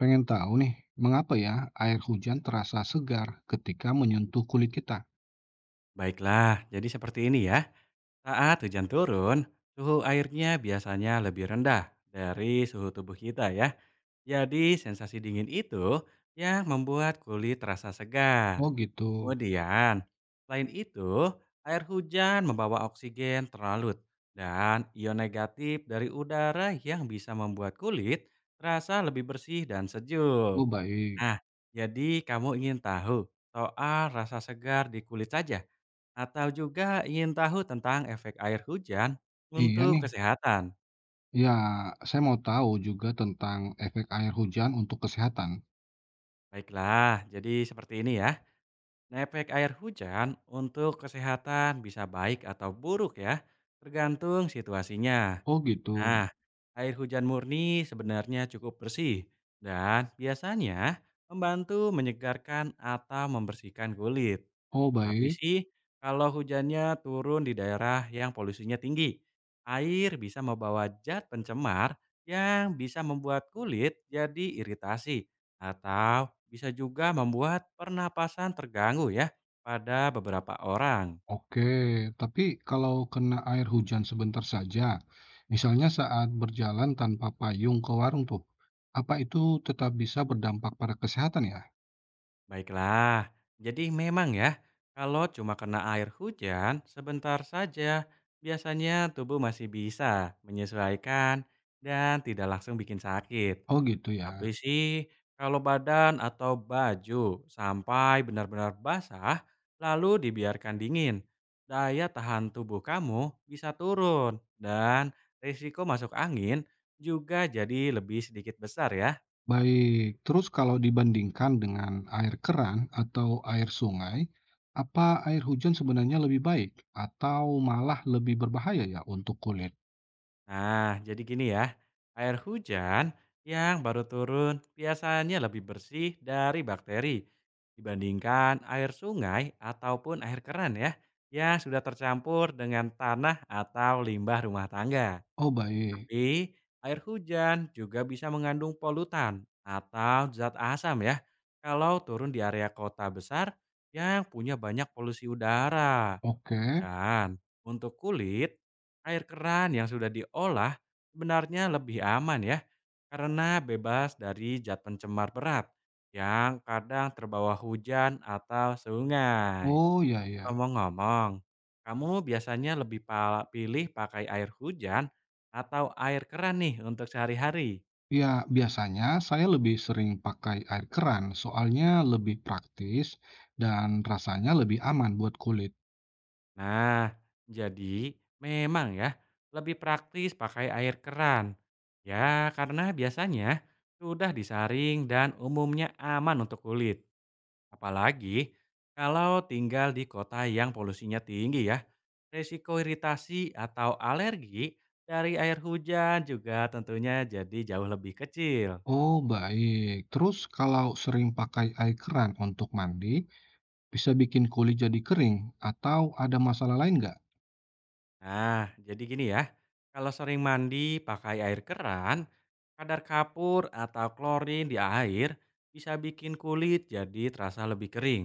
Pengen tahu nih, mengapa ya air hujan terasa segar ketika menyentuh kulit kita? Baiklah, jadi seperti ini ya. Saat hujan turun, suhu airnya biasanya lebih rendah dari suhu tubuh kita ya. Jadi sensasi dingin itu yang membuat kulit terasa segar. Oh gitu. Kemudian, selain itu, air hujan membawa oksigen terlalu dan ion negatif dari udara yang bisa membuat kulit terasa lebih bersih dan Oh sejuk. baik. Nah, jadi kamu ingin tahu soal rasa segar di kulit saja? Atau juga ingin tahu tentang efek air hujan Iya untuk nih. kesehatan? Ya, saya mau tahu juga tentang efek air hujan untuk kesehatan. Baiklah, jadi seperti ini ya. Nah, efek air hujan untuk kesehatan bisa baik atau buruk ya, tergantung situasinya. Oh gitu. Nah, air hujan murni sebenarnya cukup bersih dan biasanya membantu menyegarkan atau membersihkan kulit. Oh Tapi baik. sih, kalau hujannya turun di daerah yang polusinya tinggi, air bisa membawa zat pencemar yang bisa membuat kulit jadi iritasi atau bisa juga membuat pernapasan terganggu ya pada beberapa orang. Oke. Tapi kalau kena air hujan sebentar saja, misalnya saat berjalan tanpa payung ke warung tuh, apa itu tetap bisa berdampak pada kesehatan ya? Baiklah, jadi memang ya, kalau cuma kena air hujan sebentar saja, biasanya tubuh masih bisa menyesuaikan dan tidak langsung bikin sakit. Oh gitu ya. Tapi sih, kalau badan atau baju sampai benar-benar basah, lalu dibiarkan dingin, daya tahan tubuh kamu bisa turun dan risiko masuk angin juga jadi lebih sedikit besar ya. Baik, terus kalau dibandingkan dengan air keran atau air sungai, apa air hujan sebenarnya lebih baik atau malah lebih berbahaya ya untuk kulit? Nah, jadi gini ya, air hujan yang baru turun biasanya lebih bersih dari bakteri dibandingkan air sungai ataupun air keran ya, yang sudah tercampur dengan tanah atau limbah rumah tangga. Oh baik, Tapi, air hujan juga bisa mengandung polutan atau zat asam ya, kalau turun di area kota besar yang punya banyak polusi udara. oke. Dan untuk kulit, air keran yang sudah diolah sebenarnya lebih aman ya, karena bebas dari zat pencemar berat yang kadang terbawa hujan atau sungai. Oh ya ya. Ngomong-ngomong, kamu biasanya lebih pilih pakai air hujan atau air keran nih untuk sehari-hari? Ya, biasanya saya lebih sering pakai air keran, soalnya lebih praktis dan rasanya lebih aman buat kulit. Nah, jadi memang ya lebih praktis pakai air keran. Ya, karena biasanya sudah disaring dan umumnya aman untuk kulit. Apalagi kalau tinggal di kota yang polusinya tinggi ya. Risiko iritasi atau alergi dari air hujan juga tentunya jadi jauh lebih kecil. Oh baik, terus kalau sering pakai air keran untuk mandi, bisa bikin kulit jadi kering atau ada masalah lain nggak? Nah, jadi gini ya, kalau sering mandi pakai air keran, kadar kapur atau klorin di air bisa bikin kulit jadi terasa lebih kering.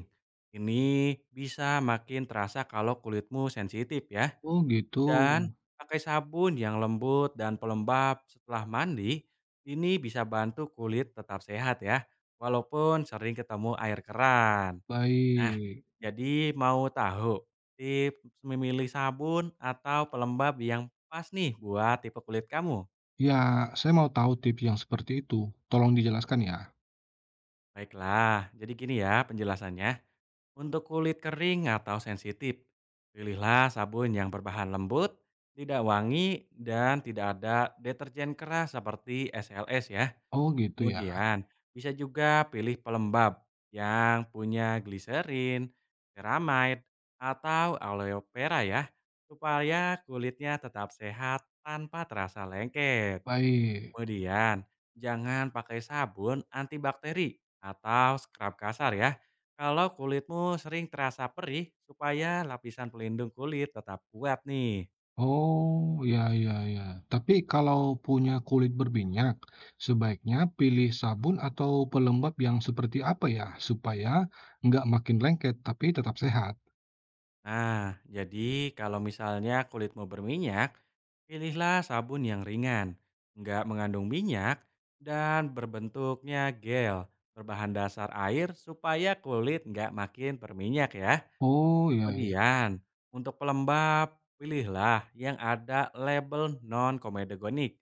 Ini bisa makin terasa kalau kulitmu sensitif ya. Oh gitu, Dan pakai sabun yang lembut dan pelembab setelah mandi, ini bisa bantu kulit tetap sehat ya, walaupun sering ketemu air keran. Nah, baik. jadi mau tahu tips memilih sabun atau pelembab yang pas nih buat tipe kulit kamu? Ya, saya mau tahu tips yang seperti itu, tolong dijelaskan ya. Baiklah, jadi gini ya penjelasannya. Untuk kulit kering atau sensitif, pilihlah sabun yang berbahan lembut, tidak wangi, dan tidak ada deterjen keras seperti SLS ya. Oh gitu ya, Kemudian bisa juga pilih pelembab yang punya gliserin, ceramide, atau aloe vera ya, supaya kulitnya tetap sehat tanpa terasa lengket. baik. Kemudian jangan pakai sabun antibakteri atau scrub kasar ya, kalau kulitmu sering terasa perih supaya lapisan pelindung kulit tetap kuat nih. Oh, ya ya ya. Tapi kalau punya kulit berminyak, sebaiknya pilih sabun atau pelembab yang seperti apa ya, supaya nggak makin lengket tapi tetap sehat. Nah, jadi kalau misalnya kulitmu berminyak, pilihlah sabun yang ringan, nggak mengandung minyak, dan berbentuknya gel berbahan dasar air supaya kulit nggak makin berminyak ya. Oh ya ya. Kemudian, untuk pelembab, pilihlah yang ada label non-komedogonik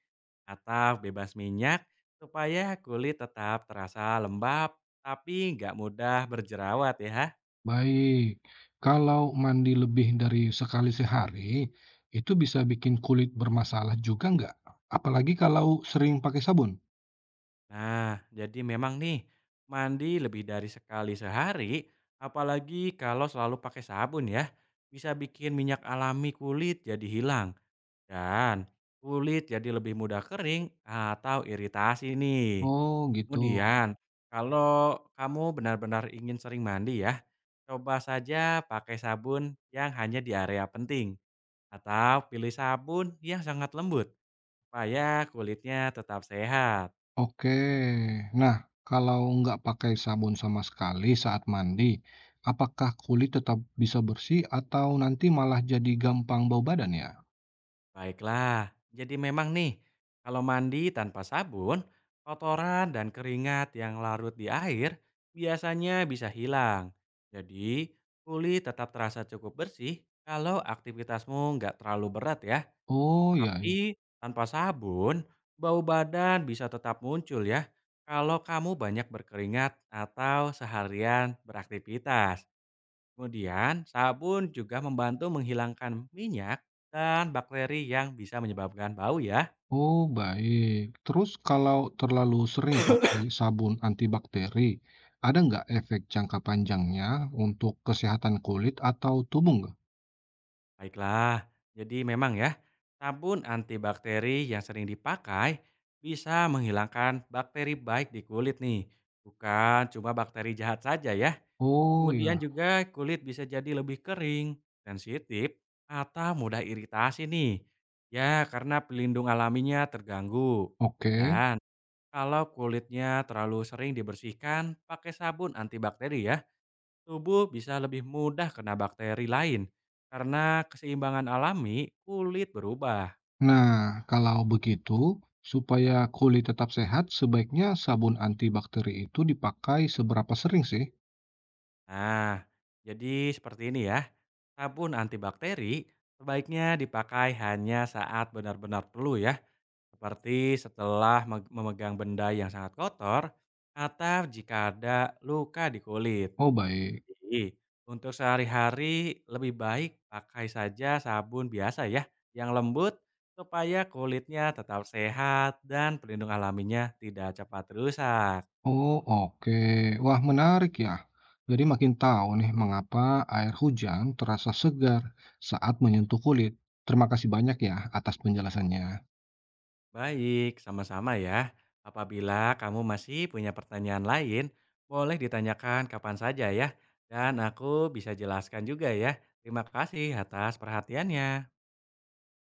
atau bebas minyak supaya kulit tetap terasa lembab tapi nggak mudah berjerawat ya. Baik, kalau mandi lebih dari sekali sehari, itu bisa bikin kulit bermasalah juga nggak? Apalagi kalau sering pakai sabun? Nah, jadi memang nih, mandi lebih dari sekali sehari, apalagi kalau selalu pakai sabun ya, bisa bikin minyak alami kulit jadi hilang, dan kulit jadi lebih mudah kering atau iritasi nih. Oh gitu. Kemudian, kalau kamu benar-benar ingin sering mandi ya, coba saja pakai sabun yang hanya di area penting, atau pilih sabun yang sangat lembut, supaya kulitnya tetap sehat. Oke, nah kalau nggak pakai sabun sama sekali saat mandi, apakah kulit tetap bisa bersih atau nanti malah jadi gampang bau badan ya? Baiklah, jadi memang nih, kalau mandi tanpa sabun, kotoran dan keringat yang larut di air biasanya bisa hilang. Jadi, kulit tetap terasa cukup bersih kalau aktivitasmu nggak terlalu berat ya. Oh ya. Tapi, tanpa sabun, bau badan bisa tetap muncul ya kalau kamu banyak berkeringat atau seharian beraktivitas. Kemudian, sabun juga membantu menghilangkan minyak dan bakteri yang bisa menyebabkan bau ya. Oh, baik. Terus kalau terlalu sering pakai sabun antibakteri, ada nggak efek jangka panjangnya untuk kesehatan kulit atau tubuh nggak? Baiklah, jadi memang ya, sabun antibakteri yang sering dipakai bisa menghilangkan bakteri baik di kulit nih. Bukan cuma bakteri jahat saja ya. Oh Kemudian ya, juga kulit bisa jadi lebih kering, sensitif, atau mudah iritasi nih. Ya, karena pelindung alaminya terganggu. oke. Dan kalau kulitnya terlalu sering dibersihkan pakai sabun antibakteri ya, tubuh bisa lebih mudah kena bakteri lain. Karena keseimbangan alami, kulit berubah. Nah, kalau begitu, supaya kulit tetap sehat, sebaiknya sabun antibakteri itu dipakai seberapa sering sih? Nah, jadi seperti ini ya. Sabun antibakteri sebaiknya dipakai hanya saat benar-benar perlu ya. Seperti setelah memegang benda yang sangat kotor atau jika ada luka di kulit. Oh, baik. Jadi, untuk sehari-hari lebih baik pakai saja sabun biasa ya, yang lembut supaya kulitnya tetap sehat dan pelindung alaminya tidak cepat rusak. Oh, oke. Wah, menarik ya. Jadi makin tahu nih mengapa air hujan terasa segar saat menyentuh kulit. Terima kasih banyak ya atas penjelasannya. Baik, sama-sama ya. Apabila kamu masih punya pertanyaan lain, boleh ditanyakan kapan saja ya. Dan aku bisa jelaskan juga ya. Terima kasih atas perhatiannya.